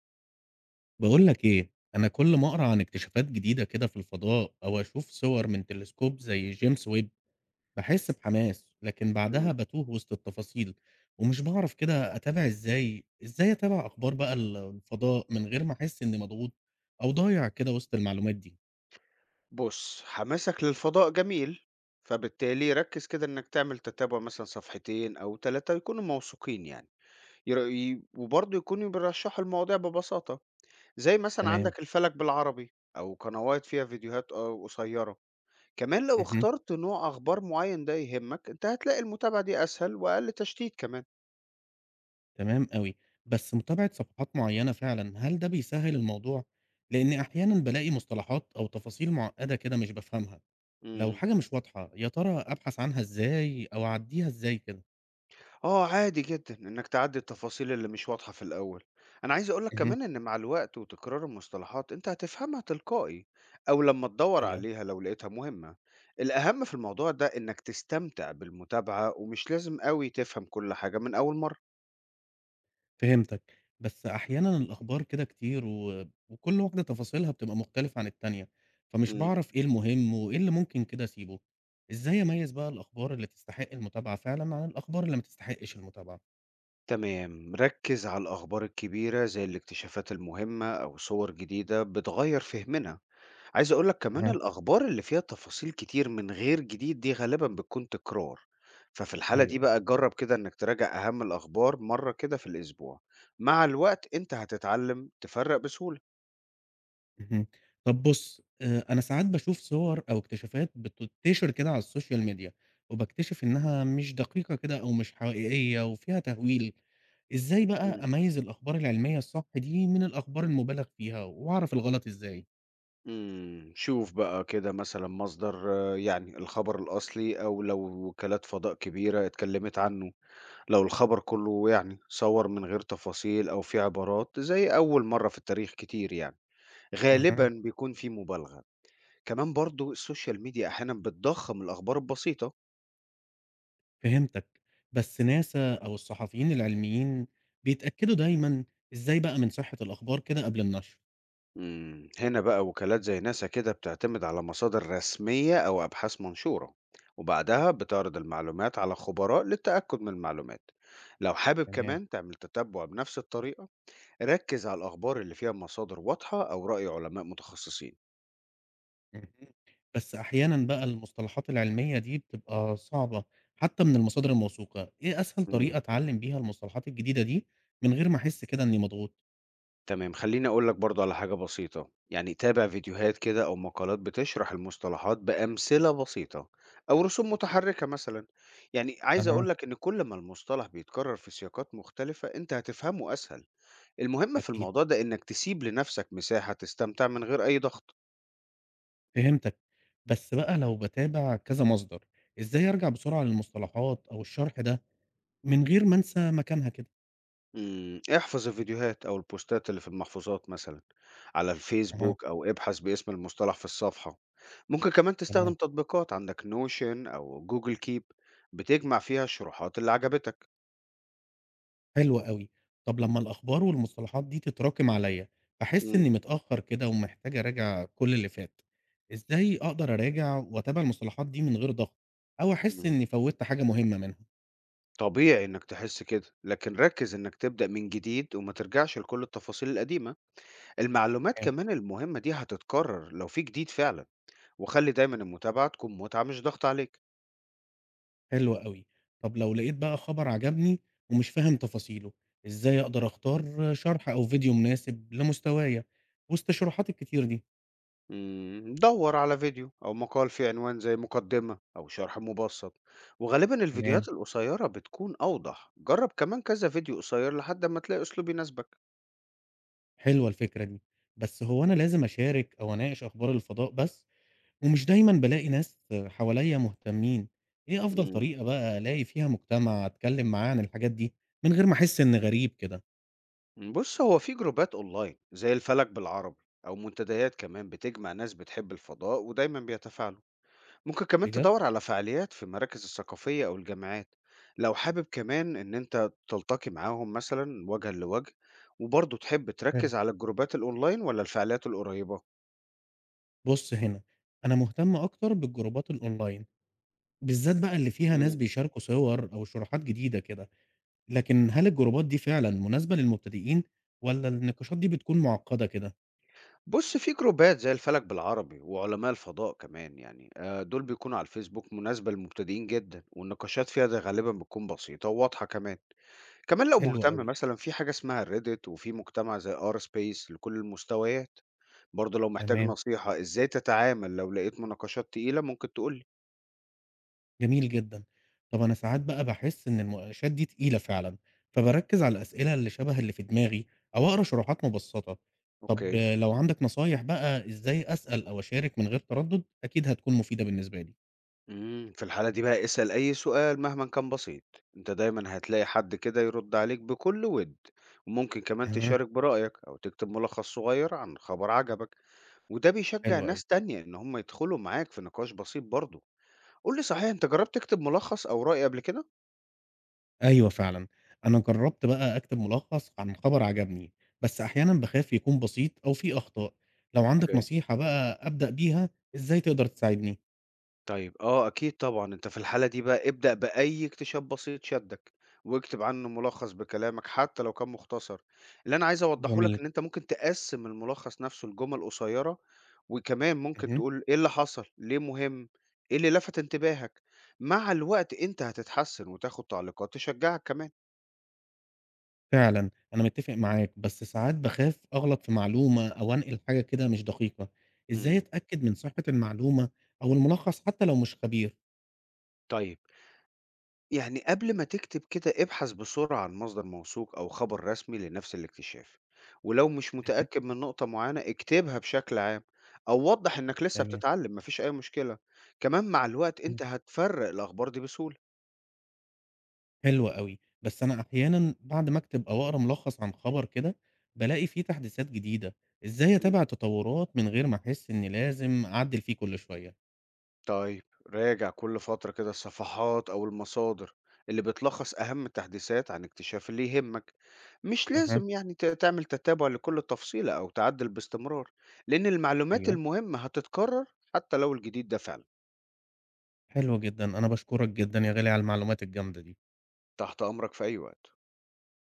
بقول لك ايه انا كل ما اقرا عن اكتشافات جديده كده في الفضاء او اشوف صور من تلسكوب زي جيمس ويب. بحس بحماس لكن بعدها إمم. بتوه وسط التفاصيل ومش بعرف كده اتابع ازاي اتابع اخبار بقى الفضاء من غير ما احس اني مضغوط او ضايع كده وسط المعلومات دي. بُص، حماسك للفضاء جميل، فبالتالي ركّز كده إنّك تعمل تتابع مثلًا صفحتين أو 3 يكونوا موثوقين يعني، ير ي وبرضه يكونوا بيرشّحوا المواضيع ببساطة، زي مثلًا تمام. عندك الفلك بالعربي أو قنوات فيها فيديوهات قصيّرة. كمان لو مهم. اخترت نوع أخبار معيّن ده يهمك، أنت هتلاقي المتابعة دي أسهل وأقل تشتيت كمان. تمام قوي. بس متابعه صفحات معينه فعلا هل ده بيسهل الموضوع لان احيانا بلاقي مصطلحات او تفاصيل معقده كده مش بفهمها. لو إمم. حاجة مش واضحة، يا ترى أبحث عنها إزاي أو أعدّيها إزاي كده؟ آه، عادي جدًا إنك تعدّي التفاصيل اللي مش واضحة في الأول. أنا عايز أقول لك اهم. كمان إن مع الوقت وتكرار المصطلحات أنت هتفهمها تلقائي، أو لمّا تدوّر أيوه، عليها لو لقيتها مهمة. الأهم في الموضوع ده إنك تستمتع بالمتابعة ومش لازم أوي تفهم كل حاجة من أول مرة. فهمتك. بس أحيانًا الأخبار كده كتير وكل واحدة تفاصيلها بتبقى مختلفة عن التانية، فمش إمم. باعرف إيه المهم وإيه اللي ممكن كده أسيبه. إزاي أميّز بقى الأخبار اللي تستحق المتابعة فعلًا عن الأخبار اللي ما تستحقش المتابعة؟ تمام. ركّز على الأخبار الكبيرة زي الاكتشافات المهمة أو صور جديدة بتغيّر فهمنا. عايز أقول لك كمان أها. الأخبار اللي فيها تفاصيل كتير من غير جديد دي غالبا بتكون تكرار. ففي الحالة دي أيوه، أيوه. بقى جرب كده إنك تراجع أهم الأخبار مرة كده في الأسبوع. مع الوقت أنت هتتعلم تفرق بسهولة. اهم. طب بُص، أنا ساعات باشوف صور أو اكتشافات بتنتشر كده على السوشيال ميديا، وباكتشف إنها مش دقيقة كده أو مش حقيقية وفيها تهويل. إزاي بقى مم. أميّز الأخبار العلمية الصح دي من الأخبار المُبالغ فيها وأعرف الغلط إزاي؟ شوف بقى كده مثلا مصدر، يعني الخبر الأصلي أو لو وكالات فضاء كبيرة اتكلمت عنه. لو الخبر كله يعني صور من غير تفاصيل أو في عبارات زي أول مرة في التاريخ كتير يعني غالبا أها. بيكون في مبالغة. كمان برضو السوشيال ميديا أحيانا بتضخم الأخبار البسيطة. فهمتك. بس ناسا أو الصحفيين العلميين بيتأكدوا دايمًا إزاي بقى من صحة الأخبار كده قبل النشر؟ مم. هنا بقى وكالات زي ناسا كده بتعتمد على مصادر رسمية أو أبحاث منشورة، وبعدها بتعرض المعلومات على خبراء للتأكد من المعلومات. لو حابب تمام. كمان تعمل تتبع بنفس الطريقة، ركز على الأخبار اللي فيها مصادر واضحة أو رأي علماء متخصصين. اهم. بس أحيانًا بقى المصطلحات العلمية دي بتبقى صعبة حتى من المصادر الموثوقة، إيه أسهل طريقة أتعلم بيها المصطلحات الجديدة دي من غير ما أحس كده إني مضغوط؟ تمام، خلّيني أقول لك برضه على حاجة بسيطة، يعني تابع فيديوهات كده أو مقالات بتشرح المصطلحات بأمثلة بسيطة أو رسوم متحركة مثلًا، يعني عايز أها، أقول لك إن كل ما المصطلح بيتكرر في سياقات مختلفة أنت هتفهمه أسهل، المهم في أكيد، الموضوع ده إنك تسيب لنفسك مساحة تستمتع من غير أي ضغط. فهمتك. بس بقى لو باتابع كذا مصدر، إزاي أرجع بسرعة للمصطلحات أو الشرح ده من غير ما أنسى مكانها كده؟ إمم، احفظ الفيديوهات أو البوستات اللي في المحفوظات مثلًا على أها، الفيسبوك أو ابحث باسم المصطلح في الصفحة، ممكن كمان تستخدم تمام. تطبيقات عندك notion أو google keep بتجمع فيها الشروحات اللي عجبتك. حلو أوي. طب لمّا الأخبار والمصطلحات دي تتراكم عليّا، باحس إمم، إني متأخر كده ومحتاج أراجع كل اللي فات، إزاي أقدر أراجع وأتابع المصطلحات دي من غير ضغط، أو أحس إمم. إني فوّتّ حاجة مهمة منهم؟ طبيعي إنك تحس كده، لكن ركز إنك تبدأ من جديد وما ترجعش لكل التفاصيل القديمة، المعلومات تمام، كمان المهمة دي هتتكرر لو في جديد فعلًا، وخلّي دايمًا المتابعة تكون متعة مش ضغط عليك. حلو أوي. طب لو لقيت بقى خبر عجبني ومش فاهم تفاصيله، إزاي أقدر أختار شرح أو فيديو مناسب لمستوايا وسط الشروحات الكتير دي؟ مم، دور على فيديو أو مقال فيه عنوان زي مقدمة أو شرح مبسط، وغالبا تمام، الفيديوهات القصيرة بتكون أوضح. جرب كمان كذا فيديو قصير لحد ما تلاقي أسلوب يناسبك. حلوة الفكرة دي. بس هو أنا لازم أشارك أو أناقش أخبار الفضاء بس؟ ومش دايمًا بالاقي ناس حواليّا مهتمين، إيه أفضل مم. طريقة بقى ألاقي فيها مجتمع أتكلّم معاه عن الحاجات دي، من غير ما أحس إني غريب كده؟ بص هو في جروبات أونلاين زي الفلك بالعربي أو منتديات كمان بتجمع ناس بتحب الفضاء ودايما بيتفاعلوا. ممكن كمان بجد؟ تدور على فعاليات في المراكز الثقافية أو الجامعات لو حابب كمان إن أنت تلتقي معاهم مثلا وجها لوجه. وبرضه تحب حلو. تركز على الجروبات الأونلاين ولا الفعاليات القريبة؟ بُص هنا، أنا مهتم أكتر بالجروبات الأونلاين، بالذات بقى اللي فيها ناس إمم. بيشاركوا صور أو شروحات جديدة كده، لكن هل الجروبات دي فعلًا مناسبة للمبتدئين والّا النقاشات دي بتكون معقدة كده؟ بُص في جروبات زي الفلك بالعربي وعلماء الفضاء كمان يعني دول بيكونوا على الفيسبوك مناسبة للمبتدئين جدًا، والنقاشات فيها ده غالبًا بتكون بسيطة وواضحة كمان. كمان لو حلو مهتم أوي. مثلًا في حاجة اسمها الReddit وفي مجتمع زي Rspace لكل المستويات. برضه لو محتاج تمام. نصيحة إزاي تتعامل لو لقيت مناقشات تقيلة ممكن تقول لي. جميل جدًا. طَب أنا ساعات بقى باحس إن المناقشات دي تقيلة فعلًا، فباركّز على الأسئلة اللي شبه اللي في دماغي أو أقرا شروحات مبسّطة. طَب أوكي. آه، لو عندك نصايح بقى إزاي أسأل أو أشارك من غير تردُّد، أكيد هتكون مفيدة بالنسبة لي. إمم، في الحالة دي بقى اسأل أي سؤال مهما كان بسيط، أنت دايمًا هتلاقي حد كده يرد عليك بكل ود، وممكن كمان أها، تشارك برأيك أو تكتب ملخص صغير عن خبر عجبك، وده بيشجع حلو أوي. ناس تانية إن هم يدخلوا معاك في نقاش بسيط برضه. قُل لي صحيح أنت جرّبت تكتب ملخص أو رأي قبل كده؟ أيوه فعلًا. أنا جرّبت بقى أكتب ملخّص عن خبر عجبني، بس أحيانًا باخاف يكون بسيط أو فيه أخطاء. لو عندك اوكي. نصيحة بقى أبدأ بيها، إزاي تقدر تساعدني؟ طيب أكيد طبعًا، أنت في الحالة دي بقى ابدأ بأي اكتشاف بسيط شدّك، واكتب عنه ملخص بكلامك حتى لو كان مختصر. اللي أنا عايز أوضّحه لك جميل. إن أنت ممكن تقسّم الملخص نفسه لجُمل قصيّرة، وكمان ممكن اهم. تقول إيه اللي حصل، ليه مهم، إيه اللي لفت انتباهك. مع الوقت أنت هتتحسّن وتاخد تعليقات تشجّعك كمان. فعلًا، أنا متّفق معاك، بس ساعات باخاف أغلط في معلومة أو أنقل حاجة كده مش دقيقة، إزاي إمم، أتأكد من صحة المعلومة أو الملخص حتى لو مش خبير؟ طيب يعني قبل ما تكتب كده ابحث بسرعة عن مصدر موثوق أو خبر رسمي لنفس الاكتشاف، ولو مش اهم، متأكد من نقطة معينة اكتبها بشكل عام أو وضح إنك لسه تمام، بتتعلم. مفيش أي مشكلة، كمان مع الوقت إمم. أنت هتفرق الأخبار دي بسهولة. حلو أوي، بس أنا أحيانًا بعد ما أكتب أو أقرا ملخص عن خبر كده، بالاقي فيه تحديثات جديدة، إزاي مم. أتابع التطورات من غير ما أحس إني لازم أعدِّل فيه كل شوية؟ طيب راجع كل فترة كده الصفحات أو المصادر اللي بتلخص أهم التحديثات عن اكتشاف اللي يهمك، مش أها، لازم يعني تعمل تتابع لكل تفصيلة أو تعدل باستمرار، لأن المعلومات أيوه. المهمة هتتكرر حتى لو الجديد ده فعلا. حلو جدًا، أنا باشكرك جدًا يا غالي على المعلومات الجامدة دي. تحت أمرك في أي وقت.